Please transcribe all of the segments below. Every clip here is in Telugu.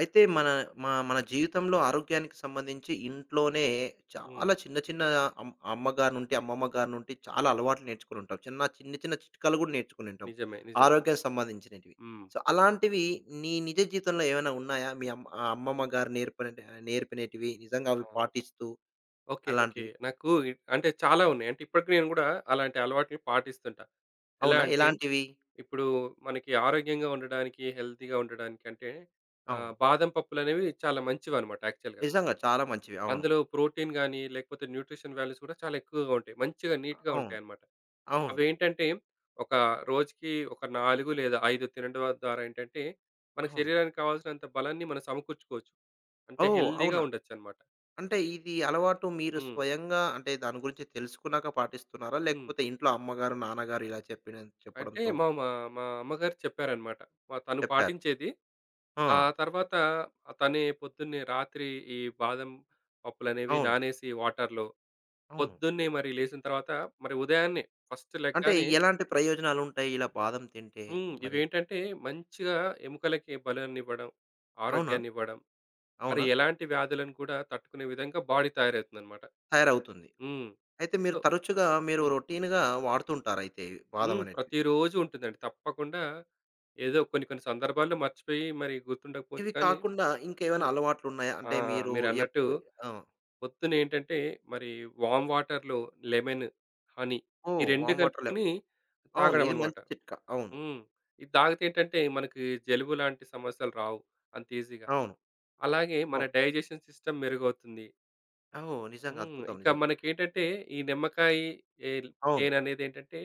అయితే మన మన జీవితంలో ఆరోగ్యానికి సంబంధించి ఇంట్లోనే హ్మ్. చాలా చిన్న చిన్న అమ్మగారి నుండి అమ్మమ్మ గారి నుండి చాలా అలవాట్లు నేర్చుకుని ఉంటాం చిన్న చిన్న చిన్న చిట్కాలు కూడా నేర్చుకుని ఉంటాం నిజమే. నిజమే. ఆరోగ్యానికి సంబంధించినవి. హ్మ్. సో అలాంటివి నీ నిజ జీవితంలో ఏమైనా ఉన్నాయా మీ అమ్మ ఆ అమ్మమ్మ గారు నేర్పినటివి నిజంగా అవి ఆ! పాటిస్తూ ఓకే. ఓకే. అలాంటివి? నాకు అంటే చాలా ఉన్నాయి. అంటే ఇప్పటికి నేను గూడా అలాంటి అలవాట్లు పాటిస్తుంటా. ఎలా అవునా అంటే ఎలాంటివి? ఇప్పుడు మనకి ఆరోగ్యంగా ఉండడానికి, హెల్తీగా ఉండడానికి అంటే అవును బాదం పప్పులనేవి చాలా మంచివన్నమాట యాక్చువల్‌గా. నిజంగా చాలా మంచివి, అవును. అందులో ప్రోటీన్ గాని, లేకపోతే న్యూట్రిషన్ వాల్యూస్ గూడా చాలా ఎక్కువగా ఉంటాయి. మంచిగా నీట్‌గా అవును. ఉంటాయన్నమాట. అవును. అవేంటంటే ఒక రోజుకి ఒక 4 లేదా 5 తినడం ద్వారా ఏంటంటే, మన అవును. శరీరానికి కావాల్సినంత బలాన్ని మనం సమకూర్చుకోవచ్చు. ఓ అంటే హెల్తీగా అవునా? ఉండొచ్చన్నమాట. అంటే ఇది అలవాటు మీరు హ్మ్. స్వయంగా అంటే దాని గురించి తెలుసుకున్నాక పాటిస్తున్నారా? హ్మ్. లేకపోతే ఇంట్లో అమ్మగారు, నాన్నగారు ఇలా చెప్పిన అంటే చెప్పడంతో మా మా మా అమ్మగారు చెప్పారనమాట. తను చెప్పారు. పాటించేది. ఆ ఆ! తర్వాత తనే పొద్దున్నే రాత్రి ఈ బాదం పప్పులనేవి అవును. నానేసి వాటర్‌లో, అవును. పొద్దున్నే మరి లేసిన తర్వాత మరి ఉదయాన్నే ఫస్ట్ అంటే లెగ్గానే. ఎలాంటి ప్రయోజనాలుంటాయి ఇలా బాదం తింటే హ్మ్. మరి? ఇవేంటంటే మంచిగా ఎముకలకి బలాన్నివ్వడం, అవునా? ఆరోగ్యాన్నివ్వడం, మరి అవునా? ఎలాంటి వ్యాధులను కూడా తట్టుకునే విధంగా బాడీ తయారవుతుందనమాట. తయారవుతుంది. హ్మ్. అయితే మీరు సో. తరచుగా మీరు హ్మ్. రొటీన్‌గా వాడుతుంటారయితే బాదం హ్మ్. అనేటివి. ప్రతిరోజు ఉంటుందండి. తప్పకుండా ఏదో కొన్ని కొన్ని సందర్భాల్లో మర్చిపోయి మరి గుర్తుండకపోవచ్చు ఇవి కానీ. కాకుండా ఇంకేమైనా హ్మ్. అలవాట్లున్నాయా? ఆ! అంటే మీరు మీరన్నట్టు ఎప్పు ఆ! పొద్దునేంటంటే మరి వార్మ్ వాటర్‌లో లెమన్, హనీ ఈ ఓహ్! 2 వార్మ్ వాటర్ లేవ్. కలుపుకొని అవును. తాగడం ఇది అన్నమాట. మంచి చిట్కా. అవును. హ్మ్. ఇది తాగితేంటంటే మనకి జలుబు లాంటి సమస్యలు రావు అంత ఈజీగా. అవును. అలాగే మన అవును. డైజెషన్ సిస్టమ్ మెరుగవుతుంది. ఓహ్! నిజంగా హ్మ్. అద్భుతం. ఇంకా నిజంగా. మనకేంటంటే ఈ నిమ్మకాయ, ఏల్ అవును. తేననేదేంటంటే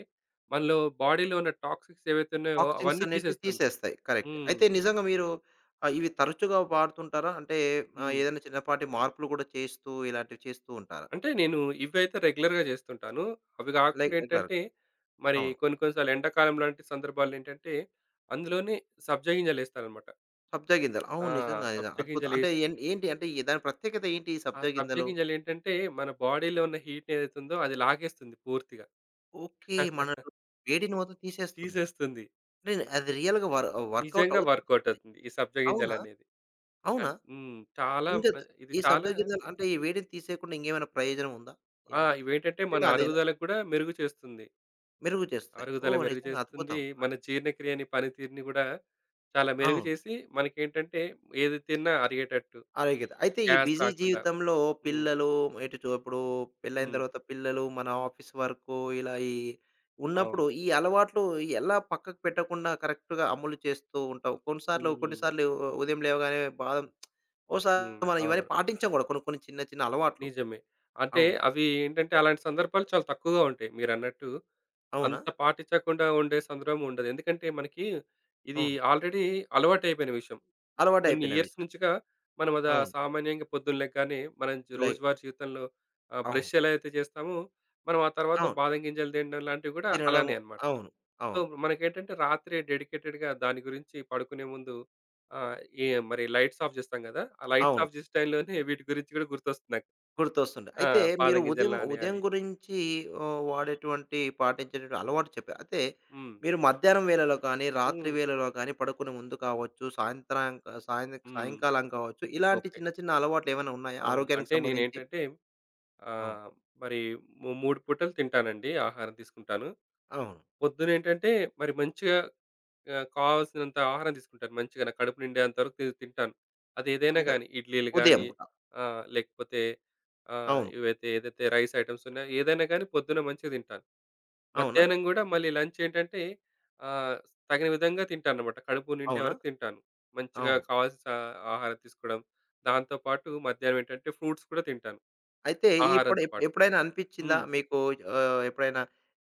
మనలో బాడీలో ఉన్న టాక్సిక్స్ ఏవైతే ఉన్నాయో టాక్సిన్స్ అవన్నీ అనేటివి తీసేస్తుంది. తీసేస్తాయి. కరెక్ట్. హ్మ్. అయితే నిజంగా మీరు ఆహ్, ఇవి తరచుగా వాడుతుంటారా? అంటే ఆహ్, హ్మ్. ఏదైనా చిన్నపాటి మార్పులు కూడా చేస్తూ ఇలాంటివి చేస్తూ ఉంటారా? అంటే నేను ఇవైతే రెగ్యులర్‌గా చేస్తుంటాను. అవి లైక్ కాకుండా రెగ్యులర్‌గా. ఏంటంటే, మరి అవును. కొన్ని కొన్ని సార్లు ఎండాకాలం లాంటి సందర్భాల్లో ఏంటంటే, అందులోనే సబ్జా గింజలేస్తాననమాట. సబ్జా గింజలు. ఆ! అవును. నిజంగా నిజంగా సబ్జా అద్భుతం. అంటే గింజలేసి ఏం అంటే ఈ దాని ప్రత్యేకత ఏంటి ఈ ఆ సబ్జా సబ్జా గింజలు? గింజలేంటంటే, మన బాడీలో ఉన్న హీట్‌ని ఏదైతే ఉందో అది లాగేస్తుంది పూర్తిగా. ఓకే. మనలో వేడిని మొత్తం తీసేస్తుంది. తీసేస్తుంది. అంటే అది రియల్‌గా వర్కౌట్ నిజంగా వర్కౌట్ అవుతుంది. అవుతుంది ఈ సబ్జా అవునా? గింజలనేది. అవునా? అన్ హ్మ్. చాలా ఇంకా ఇది ఈ సబ్జా చాలా. గింజలు అంటే ఈ వేడిని తీసేయకుండా ఇంకేమైనా ప్రయోజనం ఉందా? దీని ఆ! నుండి? ఇవేంటంటే, మన ముఖ్యంగా అదేనా? అరుగుదలకు కూడా మెరుగు చేస్తుంది. మెరుగు చేస్తాయి. అరుగుదల ఓహ్! మెరుగు నిజంగా చేస్తుంది. అద్భుతం. మన జీర్ణక్రియని, పనితీరుని గూడా చాలా మెరుగు అవును. చేసి, మనకేంటంటే ఏది తిన్నా అరిగేటట్టు, ఆరోగ్యత. అయితే ఈ గ్యాస్ బిజీ రాకుండా. జీవితంలో హ్మ్. పిల్లలు ఎటు ఇప్పుడు పెళ్ళైన హ్మ్. తర్వాత పిల్లలు, మన ఆఫీస్ వర్కు ఇలా ఈ ఉన్నప్పుడు అవును. ఈ అలవాట్లు ఎలా పక్కకు పెట్టకుండా కరెక్ట్‌గా అమలు చేస్తూ ఉంటావు? కొన్నిసార్లు హ్మ్. కొన్నిసార్లు ఉదయం లేవగానే బాధ హ్మ్. ఓసారి మనం ఇవన్నీ అవును. పాటించం కూడా కొన్ని కొన్ని చిన్న చిన్న అలవాట్లు. నిజమే. అంటే అవును. అవి ఏంటంటే అలాంటి సందర్భాలు చాలా తక్కువగా ఉంటాయి మీరన్నట్టు. అవునా? అంత పాటించకుండా ఉండే సందర్భం ఉండదు. ఎందుకంటే మనకి ఇది అవును. ఆల్రెడీ అలవాటయిపోయిన విషయం. కొన్ని అలవాటయిపోయిన ఇయర్స్ విషయం. నుంచిగా మనం అది ఆ అవును. సామాన్యంగా పొద్దున్న లెగ్గానే మనం లైక్ రోజువారీ జీవితంలో అవును. బ్రష్ ఎలా అయితే చేస్తామో మనం ఆ తర్వాత అవును. బాదం గింజలు తినడం లాంటివి కూడా తినడము. అలానే అన్నమాట. అవును. సో అవును. మనకేంటంటే రాత్రి dedicated గా దాని గురించి పడుకునే ముందు ఆ, ఏ మరి లైట్స్ ఆఫ్ చేస్తాం కదా ఆ లైట్స్ అవును. ఆఫ్ చేసే టైంలోనే వీటి గురించి కూడా గుర్తొస్తుంది నాకు. గుర్తొస్తుంది. ఆ, అయితే మీరు బాదం గింజలు ఉదయం, ఉదయం నానేయాలి. గురించి ఆహ్, వాడేటువంటి పాటించేటువంటి అలవాటు చెప్పారు. అయితే ఉమ్, మీరు మధ్యాహ్నం వేళలో కానీ, రాత్రి ఉమ్, వేళలో కానీ, పడుకునే ముందు కావచ్చు, సాయంత్రం ఉమ్, సాయంకాలం కావచ్చు, ఇలాంటి ఓకే. చిన్న చిన్న అలవాట్లు ఏమైనా ఉన్నాయా? అవును ఆరోగ్యానికి అంటే నేను సంబంధించి? ఏంటంటే ఆ, అవును. మరి మూడు పూటలు తింటానండి ఆహారం తీసుకుంటాను. అవును. పొద్దునేంటంటే మరి మంచిగా కావాల్సినంత ఆహారం తీసుకుంటాను. మంచిగా నా కడుపు నిండేంత వరకు తింటాను. అదేదైనా అంటే గాని ఇడ్లీలు ఉదయం గాని పూట. లేకపోతే అవును. ఇవైతే ఏదైతే రైస్ ఐటెమ్స్ ఉన్నాయో ఏదైనా గాని పొద్దున మంచిగా తింటాను. అవునా? మధ్యాహ్నం గూడా మళ్ళీ లంచ్ ఏంటంటే ఆహ్, తగిన విధంగా తింటానన్నమాట. కడుపు నిండే అవునా? వరకు తింటాను. మంచిగా అవును. కావాల్సిన ఆహారం తీసుకోవడం. దాంతో పాటు మధ్యాహ్నం ఏంటంటే ఫ్రూట్స్ కూడా తింటాను అయితే ఇప్పుడు ఆహారంతో పాటు. ఎప్పుడైనా అనిపిచ్చిందా హ్మ్. మీకు ఆహ్, ఎప్పుడైనా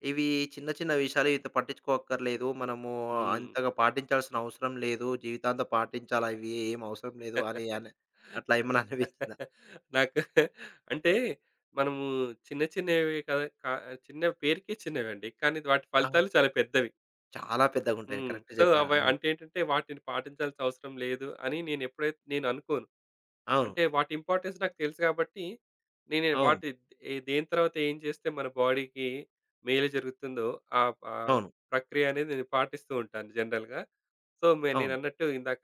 ఇవి చిన్న చిన్న విషయాలు ఇంత పట్టించుకోక్కర్లేదు. మనము హ్మ్. అంతగా పాటించాల్సిన అవసరం లేదు. జీవితాంతం పాటించాలా? ఇవి ఏం అవసరం లేదు అని అని అట్లా ఏమన్నా అనిపించిందా? నాకు అంటే మనము చిన్న చిన్నవి కదా చిన్న పేరుకే చిన్నవండి. కానీ వాటి ఆ! ఫలితాలు చాలా పెద్దవి. చాలా పెద్దగుంటాయి. హ్మ్. కరెక్ట్ సో, చెప్పారు. అవి అవును. అంటే ఏంటంటే వాటిని పాటించాల్సిన అవసరం లేదు అని నేనెప్పుడైతే నేను అనుకోను. అవును. అంటే వాటి ఇంపార్టెన్స్ నాకు తెలుసు కాబట్టి, నేను అవును. వాటి ఏ దేని తర్వాత ఏం చేస్తే మన బాడీకి మేలు జరుగుతుందో ఆ ఆ అవును. ప్రక్రియ అనేది నేను పాటిస్తూ ఉంటాను జనరల్‌గా. సో, అవును. నేనన్నట్టు ఇందాక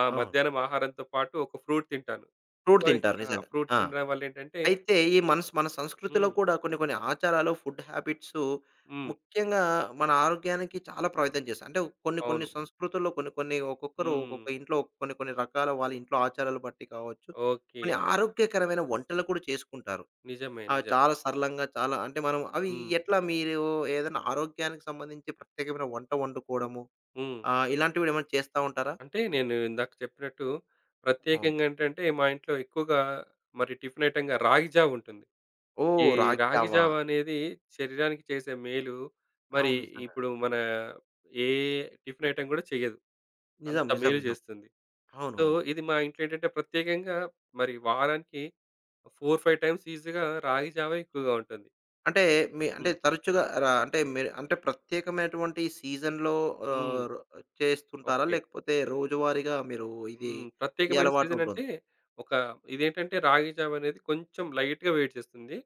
ఆ అవును. మధ్యాహ్నం ఆహారంతో పాటు ఒక ఫ్రూట్ తింటాను. ఫ్రూట్ సో, తింటారు ఇంకా నిజంగా. ఫ్రూట్ ఆ! తినడం వల్లేంటంటే. అయితే ఈ మన సంస్కృతిలో హ్మ్. కూడా కొన్ని కొన్ని ఆచారాలు, ఫుడ్ హ్యాబిట్సు హ్మ్. ముఖ్యంగా మన ఆరోగ్యానికి చాలా ప్రభావితం చేస్తాయి. అంటే కొన్ని కొన్ని అవును. సంస్కృతుల్లో కొన్ని కొన్ని ఒక్కొక్కరు హ్మ్. ఒక్కొక్క ఇంట్లో కొన్ని కొన్ని రకాల వాళ్ళ ఇంట్లో ఆచారాలు బట్టి కావచ్చు. ఓకే. కొన్ని ఆరోగ్యకరమైన వంటలు కూడా చేసుకుంటారు. నిజమే. అవి నిజం. చాలా సరళంగా చాలా అంటే మనం అవి హ్మ్. ఎట్లా మీరు ఏదైనా ఆరోగ్యానికి సంబంధించి ప్రత్యేకమైన వంట వండుకోవడము హ్మ్. ఆహ్, ఇలాంటివి కూడా ఏమైనా చేస్తా ఉంటారా? అంటే నేను ఇందాక చెప్పినట్టు అవును. ప్రత్యేకంగా ఏంటంటే మా ఇంట్లో ఎక్కువగా మరి టిఫిన్ ఐటెమ్‌గా రాగి జావ ఉంటుంది. ఓహ్! ఈ రాగి రాగి జావా. జావ అనేది శరీరానికి చేసే మేలు మరి అవును నిజంగా. ఇప్పుడు మన ఏ టిఫిన్ ఐటెమ్ కూడా చెయ్యదు. నిజం. అంత నిజం. మేలు నిజం. చేస్తుంది. అవును. సో, అవును. ఇది మా ఇంట్లో ఏంటంటే ప్రత్యేకంగా మరి వారానికి 4, 5 టైమ్స్ ఈజీ‌గా రాగి జావే ఎక్కువగా ఉంటుంది. అంటే మీ అంటే హ్మ్. తరచుగా అంటే మీరు అంటే ప్రత్యేకమైనటువంటి సీజన్‌లో హ్మ్. ఆహ్, చేస్తుంటారా? ఓకే. లేకపోతే రోజువారీగా మీరు ఇది హ్మ్. ఈ ప్రత్యేకమైన అలవాటు ఉంటుంది. సీజనంటే ఒక ఇదేంటంటే రాగి జావ అనేది కొంచెం లైట్‌గా వేడి చేస్తుంది.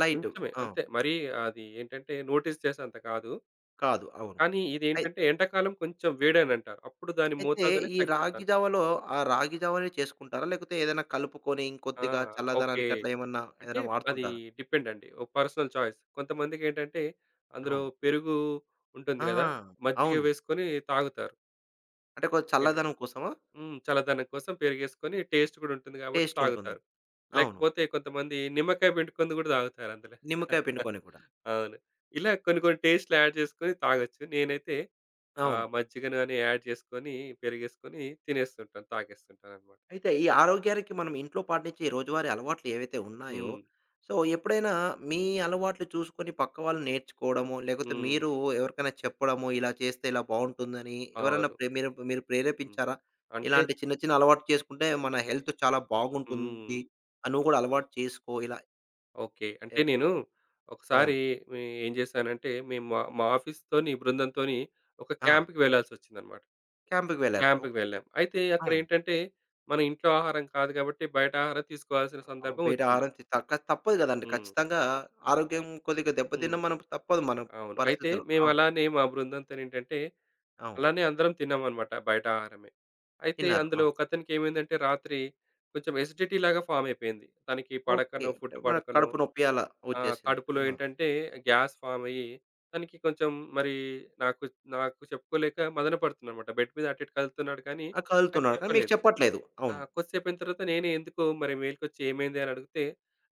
లైట్. కొంచెమే ఆ! అంతే. మరీ అది ఏంటంటే నోటీస్ చేసేంత కాదు. కాదు. అవును. కానీ అయి ఇదేంటంటే ఎండాకాలం కొంచెం వేడనంటారు. అప్పుడు దాని అయితే మోతాదనేది ఈ రాగి తగ్గిస్తాను. జావలో ఆ రాగి జావనే చేసుకుంటారా? లేకపోతే ఏదైనా కలుపుకొని ఆ! ఇంకొద్దిగా ఓకే. చల్లదనానికి అట్లా ఏమన్నా అంటే ఏదైనా అది వాడుతుంటారా? డిపెండ్ అండి. ఓ పర్సనల్ చాయిస్. కొంతమందికేంటంటే అందులో అవును. పెరుగు ఉంటుంది ఆ! గదా! మజ్జిగ అవును. వేసుకొని తాగుతారు. అంటే ఓకేనా? చల్లదనం కోసమా? హ్మ్. చల్లదనం కోసం పెరుగేసుకొని టేస్ట్ గూడా ఉంటుంది గాబట్టి టేస్ట్ ఉంటుంది. తాగుతారు. అవును. లేకపోతే కొంతమంది నిమ్మకాయ పిండుకుంది గూడా తాగుతారు అందులో. నిమ్మకాయ పిండుకొని కూడా. అవును. ఇలా కొన్ని కొన్ని టేస్ట్‌లు యాడ్ చేసుకొని తాగొచ్చు. నేనైతే అవును. మజ్జిగను గాని యాడ్ చేసుకొని, పెరుగేసుకొని తినేస్తుంటాను. తాగేస్తుంటాననమాట. అయితే ఈ ఆరోగ్యానికి మనం ఇంట్లో పాటించే ఈ రోజువారీ అలవాట్లు ఏవైతే ఉన్నాయో, హ్మ్. సో, ఎప్పుడైనా మీ అలవాట్లు చూసుకొని పక్క వాళ్ళు నేర్చుకోవడము, లేకపోతే హ్మ్. మీరు ఎవరికైనా చెప్పడము, ఇలా చేస్తే ఇలా బావుంటుందని ఎవరైనా అవును. మీరు మీరు హ్మ్. ప్రేరేపించారా? అంటే. ఇలాంటి చిన్న చిన్న అలవాటు చేసుకుంటే మన హెల్త్ చాలా హ్మ్. బాగుంటుంది. ఆహ్, నువ్వు కూడా అలవాటు చేసుకో ఇలా ఓకే. ఎ అంటే నేను అవును. ఒకసారి ఏం జేశానంటే మేము మా మా ఆఫీస్‌తోని బృందంతోని ఒక ఆ! క్యాంప్‌కి వెళ్ళాల్సొచ్చిందనమాట. క్యాంప్‌కి వెళ్లారు. క్యాంప్‌కి ఓకే. వెళ్ళాం. అయితే అవును. అక్కడేంటంటే, మన ఇంట్లో ఆహారం కాదు కాబట్టి, బయట ఆహారం తీసుకోవాల్సిన ఆహ్, సందర్భం బయట వచ్చింది. ఆహారం తక్క తప్పదు కదండీ! హ్మ్. ఖచ్చితంగా ఆరోగ్యం కొద్దిగా హ్మ్. దెబ్బతిన్న మనం తప్పదు మన అవును. అయితే పరిస్థితులు. మేము అవును. అలానే మా బృందంతోనేంటంటే, అవును. అలానే అందరం తిన్నామనమాట బయట ఆహారమే. అయితే తిన్నారు. అందులో ఒకతనికేమైందంటే రాత్రి కొంచెం ఎసిడిటీలాగా ఫామ్ అయిపోయింది. తనకి ఓకే. పడకనో, అంటే ఫుడ్ మన పడకనో కడుపు నొప్పి అలా వచ్చేసింది. కడుపులో ఆ! ఏంటంటే గ్యాస్ ఫామ్ అయ్యి, తనకి కొంచెం మరి నాకు నాకు చెప్పుకోలేక మదన పడుతుందనమాట. బెడ్ మీద అటు ఇటు కదులుతున్నాడు కానీ, ఆ! నాకు కదులుతున్నారు. కానీ మీకు చెప్పలేదు. చెప్పట్లేదు. ఆ! అవును. కొద్దిసేపయిన తర్వాత నేనే ఎందుకో మరి మేలుకొచ్చి ఏమైంది అని అడిగితే,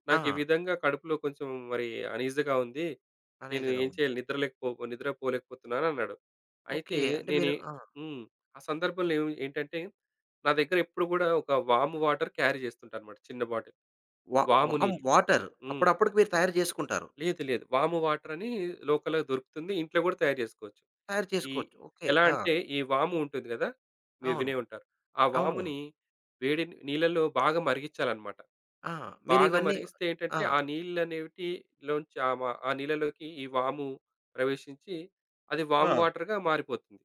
నాకు ఈ ఆ! విధంగా కడుపులో కొంచెం మరి అనీజీగా ఉంది. నేను అనీజీగా ఏం ఉంది. చేయాలి నిద్ర నిద్రపోలేకపోతున్నాను అన్నాడు. ఓకే. అయితే అంటే మీరు నేనే. ఆ! హ్మ్. ఆ సందర్భంలో ఏంటంటే, నా దగ్గర ఎప్పుడు గూడా ఒక వాము వాటర్ క్యారీ చేస్తుంటా అన్నమాట చిన్న బాటిల్. వా వాము వామ్ నీళ్ళు. వాటర్ హ్మ్. అప్పుడప్పటికి మీరు తయారు చేసుకుంటారు. లేదు లేదు. వాము వాటర్ అని లోకల్‌గా దొరుకుతుంది. ఇంట్లో గూడా తయారు చేసుకోవచ్చు. తయారు ఈ చేసుకోవచ్చు. ఓకే. ఎలా ఆ! అంటే ఈ వాము ఉంటుంది గదా! మీరు అవును. వినే ఉంటారు. ఆ అవునవును. వాముని వేడి నీళ్ళలో బాగా మరిగిచ్చాలన్నమాట. ఆ! మీరు బాగా ఇవన్నీ మరిగిస్తే ఆ! ఏంటంటే ఆ నీళ్ళనేవిటిలోంచి ఆ! మ ఆ నీళ్ళలోకి ఈ వాము ప్రవేశించి అది ఆ! వాము వాటర్‌గా మారిపోతుంది.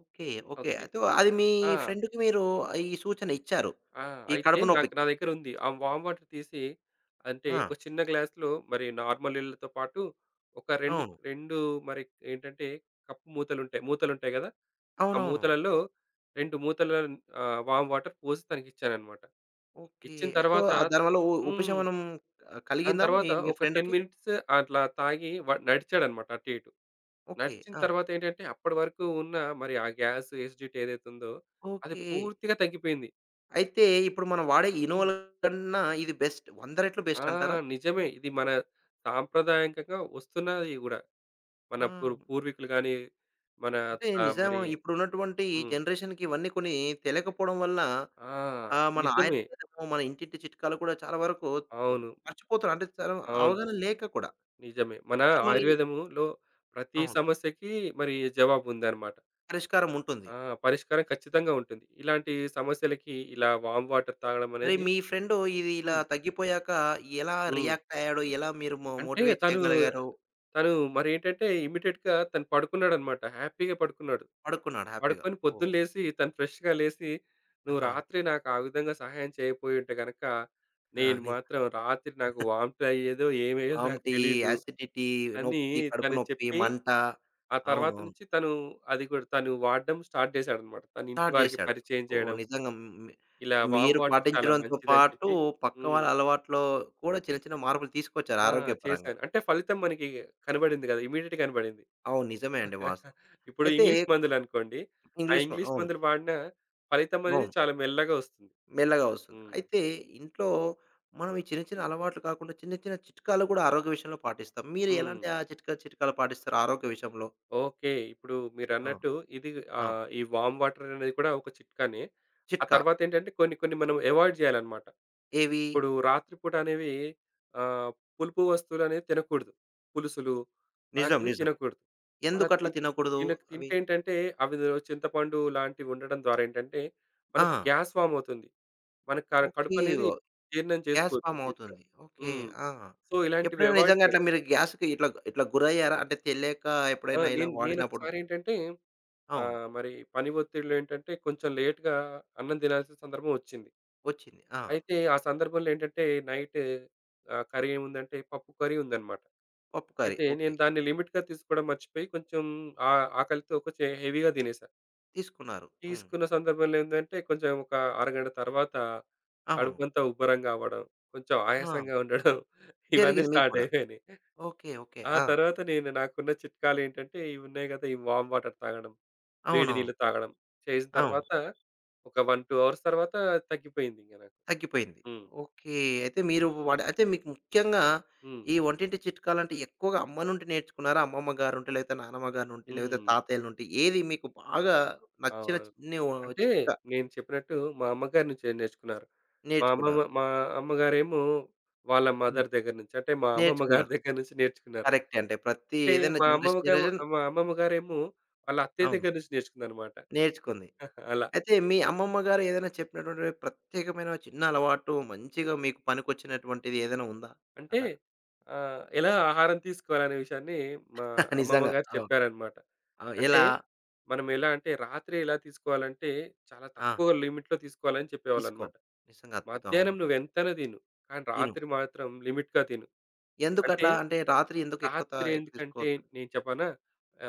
ఓకే. ఓకే. ఓకే. అయితే అది మీ ఆ! ఫ్రెండ్‌కి మీరు ఈ సూచన ఇచ్చారు. ఆ! ఈ అయితే కడుపు నాకు నా నొప్పికి. దగ్గరుంది. ఆ వాము వాటర్ తీసి అంటే ఆ! ఒక చిన్న గ్లాస్‌లో మరి నార్మల్ నీళ్ళతో పాటు ఒక 2, అవును. 2 మరి ఏంటంటే కప్పు మూతలుంటాయి మూతలుంటాయి గదా! ఆ అవునవునవును. మూతలలో 2 మూతల వామ్ వాటర్ పోసి తనకిచ్చాననమాట. ఓకే. ఇచ్చిన సో, తర్వాత. దానివల్ల హ్మ్. ఉపశమనం దాని కలిగిందా మీ తర్వాత మీ ఒక 10 ఫ్రెండ్‌కి? మినిట్స్ అట్లా తాగి వ నడిచాడనమాట అటు ఇటు. ఓకే. నడిచిన ఆ! తర్వాతేంటంటే, అప్పటి వరకు ఉన్న మరి ఆ గ్యాస్ ఎసిడిటీ ఏదైతే ఉందో, అది ఓకే. పూర్తిగా తగ్గిపోయింది. అయితే ఇప్పుడు మనం వాడే హ్మ్. ఇనోల కన్నా ఇది బెస్ట్. 100 రెట్లు ఆ! బెస్ట్ అంటారా? నిజమే. ఇది మన సాంప్రదాయకంగా వస్తున్నది గూడా. మన ఆ! పూర్వీకులు గాని, మన అంటే నిజం మరి. ఇప్పుడున్నటువంటి ఈ హ్మ్. జనరేషన్‌కి ఇవన్నీ కొన్ని తెలియకపోవడం వల్ల ఆ! ఆహ్, మన నిజమే. ఆయుర్వేదము, మన ఇంటింటి చిట్కాలు కూడా చాలా వరకు అవును. మర్చిపోతున్నారు. అంటే చాలా అవును. అవగాహన లేక కూడా. నిజమే. మన సో, మరి ఆయుర్వేదములో ప్రతి అవును. సమస్యకి మరి జవాబు ఉందన్నమాట. పరిష్కారం ఉంటుంది. ఆ! పరిష్కారం ఖచ్చితంగా ఉంటుంది. ఇలాంటి సమస్యలకి ఇలా వార్మ్ వాటర్ తాగడం మరి అనేది. మీ ఫ్రెండు ఇది ఇలా హ్మ్. తగ్గిపోయాక ఎలా హ్మ్. రియాక్ట్ అయ్యాడు? ఎలా మీరు అంటే మోటివేట్ తను, చేయగలిగారు? తను మరేంటంటే ఇమ్మీడియేట్‌గా తను పడుకున్నాడన్నమాట. హ్యాపీగా పడుకున్నాడు. పడుకున్నాడు హ్యాపీగా. పడుకొని ఓహ్! పొద్దున్న లేసి తను ఫ్రెష్‌గా లేసి, "నువ్వు ఆహా! రాత్రి నాకు ఆ విధంగా సహాయం చేయకపోయి ఉంటే గనక, నేను ఆ! మాత్రం రాత్రి నాకు వాంతులయ్యేదో, ఏమయ్యేదో నాకు ఆమ్టీ, తెలీదు" యాసిడిటీ, అని నొప్పి, కడుపు తను నొప్పి, చెప్పి మంట. ఆ తర్వాత అవునవును. నుంచి తను అది కూడా తను వాడడం స్టార్ట్ చేశాడనమాట. తన ఇంటి స్టార్ట్ వారికి చేశాడు. పరిచయం ఓహ్! చేయడం. నిజంగా మీ ఇలా వార్మ్ మీరు వాటర్ చాలా పాటించడంతో మంచిదని పాటు చెప్పి. పక్క వాళ్ళ హ్మ్. అలవాట్లో కూడా చిన్న చిన్న మార్పులు తీసుకొచ్చారు ఆ! ఆరోగ్యపరంగా. చేశాను. అంటే ఫలితం మనకి కనబడింది కదా! ఇమ్మీడియేట్ కనబడింది. అవును. నిజమే అండి వాస్తవం. ఇప్పుడు అయితే ఇంగ్లీష్ మందులనుకోండి. ఆ ఇంగ్లీష్ ఇంగ్లీష్ అవును. మందులు వాడినా ఫలితం అనేది అవును. చాలా మెల్లగా వస్తుంది. మెల్లగా వస్తుంది. హ్మ్. అయితే ఇంట్లో మనం ఈ చిన్న చిన్న అలవాట్లు కాకుండా చిన్న చిన్న చిట్కాలు కూడా ఆరోగ్య విషయంలో పాటిస్తాం. మీరు హ్మ్. ఎలాంటి ఆ చిట్కాలు పాటిస్తారు ఆరోగ్య విషయంలో? ఓకే. ఇప్పుడు ఆ! మీరన్నట్టు ఇది అవును. ఈ వార్మ్ వాటర్ అనేది కూడా ఒక చిట్కానే. ఆ చిట్కా. తర్వాతేంటంటే కొన్ని కొన్ని మనం అవాయిడ్ చేయాలన్నమాట. ఏవి? ఇప్పుడు రాత్రిపూట అనేవి ఆహ్, పులుపు వస్తువులనేవి తినకూడదు. పులుసులు నిజం. లాంటివి నిజం. తినకూడదు. అలా ఎందుకట్లా తిన్ తినకూడదు తినక అవి? తింటే ఏంటంటే అవి‌దో చింతపండు లాంటివి ఉండడం ద్వారా ఏంటంటే ఆ! మనకి గ్యాస్ ఫార్మ్ అవుతుంది. మన ఓకే. కడుపనేది జీర్ణం గ్యాస్ చేసుకోదు ఫార్మ్ అంత ఈజీ‌గా. అవుతుంది. ఓకే. హ్మ్. ఆ! సో, ఇలాంటివి ఎప్పుడైనా అవాయిడ్ నిజంగా అట్లా చేయడం. మీరు గ్యాస్‌కి ఇట్లా ఇట్లా గురయ్యారా? అంటే తెలియక ఆ! ఎప్పుడైనా ఇలా వాడినప్పుడు? నేనొకసారేంటంటే అవును. మరి పని ఒత్తిడిలో ఏంటంటే కొంచెం లేట్‌గా అన్నం తినాల్సిన సందర్భం ఒచ్చింది. వచ్చింది. ఆ! అయితే ఆ సందర్భంలో ఏంటంటే నైట్ కర్రీ ఏముందంటే పప్పు కర్రీ ఉందన్నమాట. పప్పు కర్రీ. అయితే ఓకే. నేను దాన్ని లిమిట్‌గా తీసుకోవడం మర్చిపోయి కొంచెం ఆకలితో కొంచెం హెవీగా తినేసా. తీసుకున్నారు. హ్మ్. తీసుకున్న సందర్భంలో ఏందంటే కొంచెం ఒక అరగంట తర్వాత అవును. కడుపంతా ఉబ్బరంగా అవ్వడం, కొంచెం ఆ! ఆయాసంగా ఉండడం ఇవన్నీ జరిగింది మీకు స్టార్ట్ కూడా. అయిపోయినాయి. ఓకే. ఓకే. ఆ ఆ! తర్వాత నేను నాకున్న చిట్కాలేంటంటే ఇవి ఉన్నాయి కదా! ఈ వార్మ్ వాటర్ తాగడం, వేడి అవునవును. నీళ్ళు తాగడం చేసిన అవును. తర్వాత ఒక 1, 2 అవర్స్ తర్వాత తగ్గిపోయింది ఇంక నాకు. తగ్గిపోయింది. హ్మ్. ఓకే. అయితే మీరు అయితే మీకు ముఖ్యంగా హ్మ్. ఈ వంటింటి చిట్కాలంటే ఎక్కువగా అమ్మ నుండి నేర్చుకున్నారా? అమ్మమ్మ గారి నుండి, లేకపోతే నానమ్మ గారి నుండి, లేకపోతే హ్మ్. తాతయ్యల నుండి ఏది మీకు బాగా నచ్చిన అవును. చిన్ని ఓ అంటే చిట్కా నేను చెప్పినట్టు మా అమ్మగారి నుంచే నేర్చుకున్నారు. మా అమ్మమ్మ నేర్చుకున్నారు? మా అమ్మగారేమో వాళ్ళ హ్మ్. మదర్ దగ్గర నుంచి అంటే మా అమ్మమ్మ గారి నేర్చుకున్నారు. దగ్గర నుంచి నేర్చుకున్నారు. కరెక్టే. అంటే ప్రతి అంటే ఏదైనా మా అమ్మమ్మ జనరేషన్, గా జనరేషన్ మా అమ్మమ్మ గారేమో వాళ్ళ అత్తయ్య అవును. దగ్గర నుంచి నేర్చుకుందనమాట. నేర్చుకుంది. అలా. అయితే మీ అమ్మమ్మ గారు ఏదైనా చెప్పినటువంటి ప్రత్యేకమైన చిన్న అలవాటు మంచిగా మీకు పనికొచ్చినటువంటిది ఏదైనా ఉందా? అంటే అలా ఎలా ఆహారం తీసుకోవాలనే విషయాన్ని మా అమ్మమ్మ నిజంగా. గారు అవును. చెప్పారనమాట. అవును. అంటే ఎలా? మనం ఎలా అంటే రాత్రి ఎలా తీసుకోవాలంటే చాలా ఆ! తక్కువ లిమిట్‌లో తీసుకోవాలని తీసుకో. చెప్పేవాళ్ళనమాట. నిజంగా అద్భుతం. మధ్యాహ్నం అవును. నువ్వెంతైనా తిను. కానీ తిను. రాత్రి మాత్రం లిమిట్‌గా తిను. అంటే ఎందుకట్లా? అంటే రాత్రి ఎందుకు ఎక్కువ రాత్రి ఎక్కువ ఎందుకంటే తీసుకోవద్దని? నేను చెప్పనా?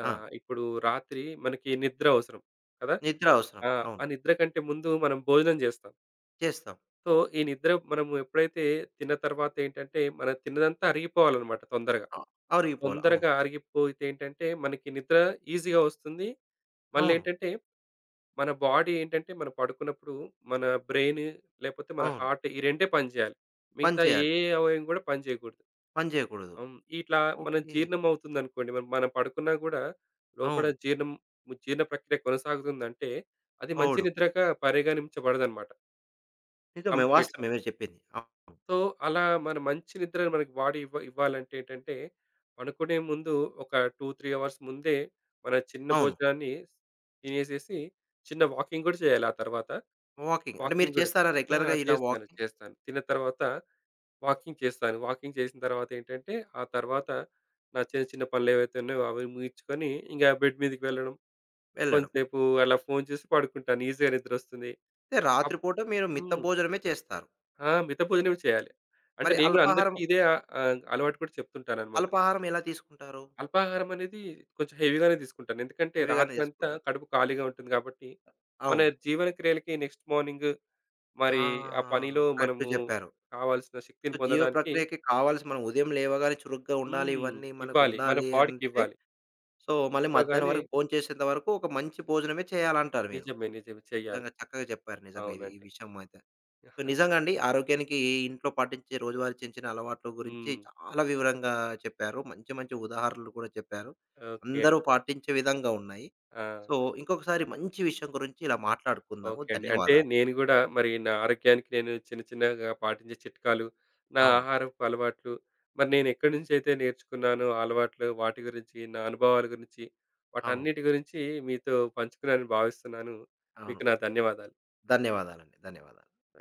ఆ! ఇప్పుడు రాత్రి మనకి నిద్ర అవసరం కదా! నిద్ర అవసరం. ఆ! ఆ అవును. నిద్ర కంటే ముందు మనం భోజనం జేస్తాం. చేస్తాం. సో, ఈ నిద్ర మనము ఎప్పుడైతే తిన్న తర్వాత ఏంటంటే, మనం తిన్నదంతా అరిగిపోవాలన్నమాట తొందరగా. అ అరిగిపోవాలి. అవును. తొందరగా అరిగిపోతే ఏంటంటే, మనకి నిద్ర ఈజీగా వస్తుంది. అవును. మళ్ళేంటంటే, మన బాడీ ఏంటంటే, మనం పడుకున్నప్పుడు మన బ్రెయిన్ లేకపోతే మన అవును. హార్ట్ ఈ రెండే పని జేయాలి. పని మిగతా ఏ చేయాలి. అవయవం గూడా పని జేయకూడదు. పని చేయకూడదు. అం, ఇట్లా మనం ఓకే. జీర్ణం అవుతుందనుకోండి, మనం మనం పడుకున్నా గూడా లోపల అవును. జీర్ణ ప్రక్రియ కొనసాగుతుందంటే, అది మంచి అవుడు. నిద్రగా పరిగణించబడదనమాట నిజమే. కంప్లీట్‌గా. వాస్తవమే మీరు చెప్పింది. అవును. సో, అలా మన మంచి నిద్రను మనకి బాడీ ఇవ్వాలంటే ఏంటంటే, పనుకునే ముందు ఒక 2, 3 అవర్స్ ముందే మన చిన్న అవును. భోజనాన్ని తినేసేసి, చిన్న వాకింగ్ గూడా చేయాలి ఆ తర్వాత. వాకింగ్. అంటే మీరు వాకింగ్ గూడా. చేస్తారా ఆ! రెగ్యులర్‌గా ఇలా చేస్తాను. వాకింగ్? చేస్తాను. తిన్న తర్వాత వాకింగ్ చేస్తాను. వాకింగ్ చేసిన తర్వాతేంటంటే, ఆ తర్వాత నా చిన్న చిన్న పనులేవైతే ఉన్నాయో అవి ముగించుకొని ఇంగా బెడ్ మీదకి వెళ్ళడం. వెళ్ళడం. కొంతసేపు అలా ఫోను చూసి పడుకుంటాను. ఈజీగా నిద్రొస్తుంది. అయితే అప్ రాత్రిపూట మీరు మిత్త హ్మ్. భోజనమే చేస్తారు. ఆ! మిత భోజనమే చేయాలి. అంటే మరి నేను గూడా అల్పాహారం, అందరికీ ఇదే ఆహ్, ఆహ్, అలవాటు కూడా చెప్తుంటాననమాట. అల్పాహారం ఎలా తీసుకుంటారు? అల్పాహారం అనేది కొంచెం హెవీగానే తీసుకుంటాను. ఎందుకంటే హెవీగానే రాత్రంతా తీసుకుంటారు. కడుపు ఖాళీగా ఉంటుంది గాబట్టి, మన అవును. జీవన క్రియలకి నెక్స్ట్ మార్నింగ్ మరి ఆ! ఆ పనిలో కరెక్ట్ మనము చెప్పారు. కావాల్సిన శక్తిని సో, జీవ పొందడానికి. ప్రక్రియకి కావాల్సి మనం ఉదయం లేవగానే చురుగ్గా ఉండాలి. హ్మ్. ఇవన్నీ ఇవ్వాలి. మన మనకుండాలి అంటే, బాడీకివ్వాలి. సో, మళ్ళీ మధ్యాహ్నం ఇవ్వగానే వరకు భోంచేసేంత వరకు ఒక మంచి భోజనమే చేయాలంటారు మీరు. నిజమే. నిజమే. చెయ్యాలి. నిజంగా చక్కగా చెప్పారు. నిజంగా ఇది ఈ అవునండి. విషయం అయితే. సో, నిజంగా అండి ఆరోగ్యానికి ఇంట్లో పాటించే రోజువారీ చిన్న చిన్న అలవాట్ల గురించి హ్మ్. చాలా వివరంగా చెప్పారు. మంచి మంచి ఉదాహరణలు కూడా చెప్పారు. ఓకే. అందరూ పాటించే విధంగా ఉన్నాయి. ఆ! సో, ఇంకొకసారి మంచి విషయం గురించి ఇలా మాట్లాడుకుందాము. ఓకే అండి. అంటే ధన్యవాదాలు. నేను గూడా మరి నా ఆరోగ్యానికి నేను చిన్న చిన్నగా పాటించే చిట్కాలు, నా అవును. ఆహారపు అలవాట్లు, మరి నేను ఎక్కడి నుంచైతే నేర్చుకున్నానో అలవాట్లు, వాటి గురించి, నా అనుభవాల గురించి, అవును. వాటన్నిటి గురించి మీతో పంచుకున్నానని భావిస్తున్నాను. అవును. మీకు నా ధన్యవాదాలు. ధన్యవాదాలండి. ధన్యవాదాలు.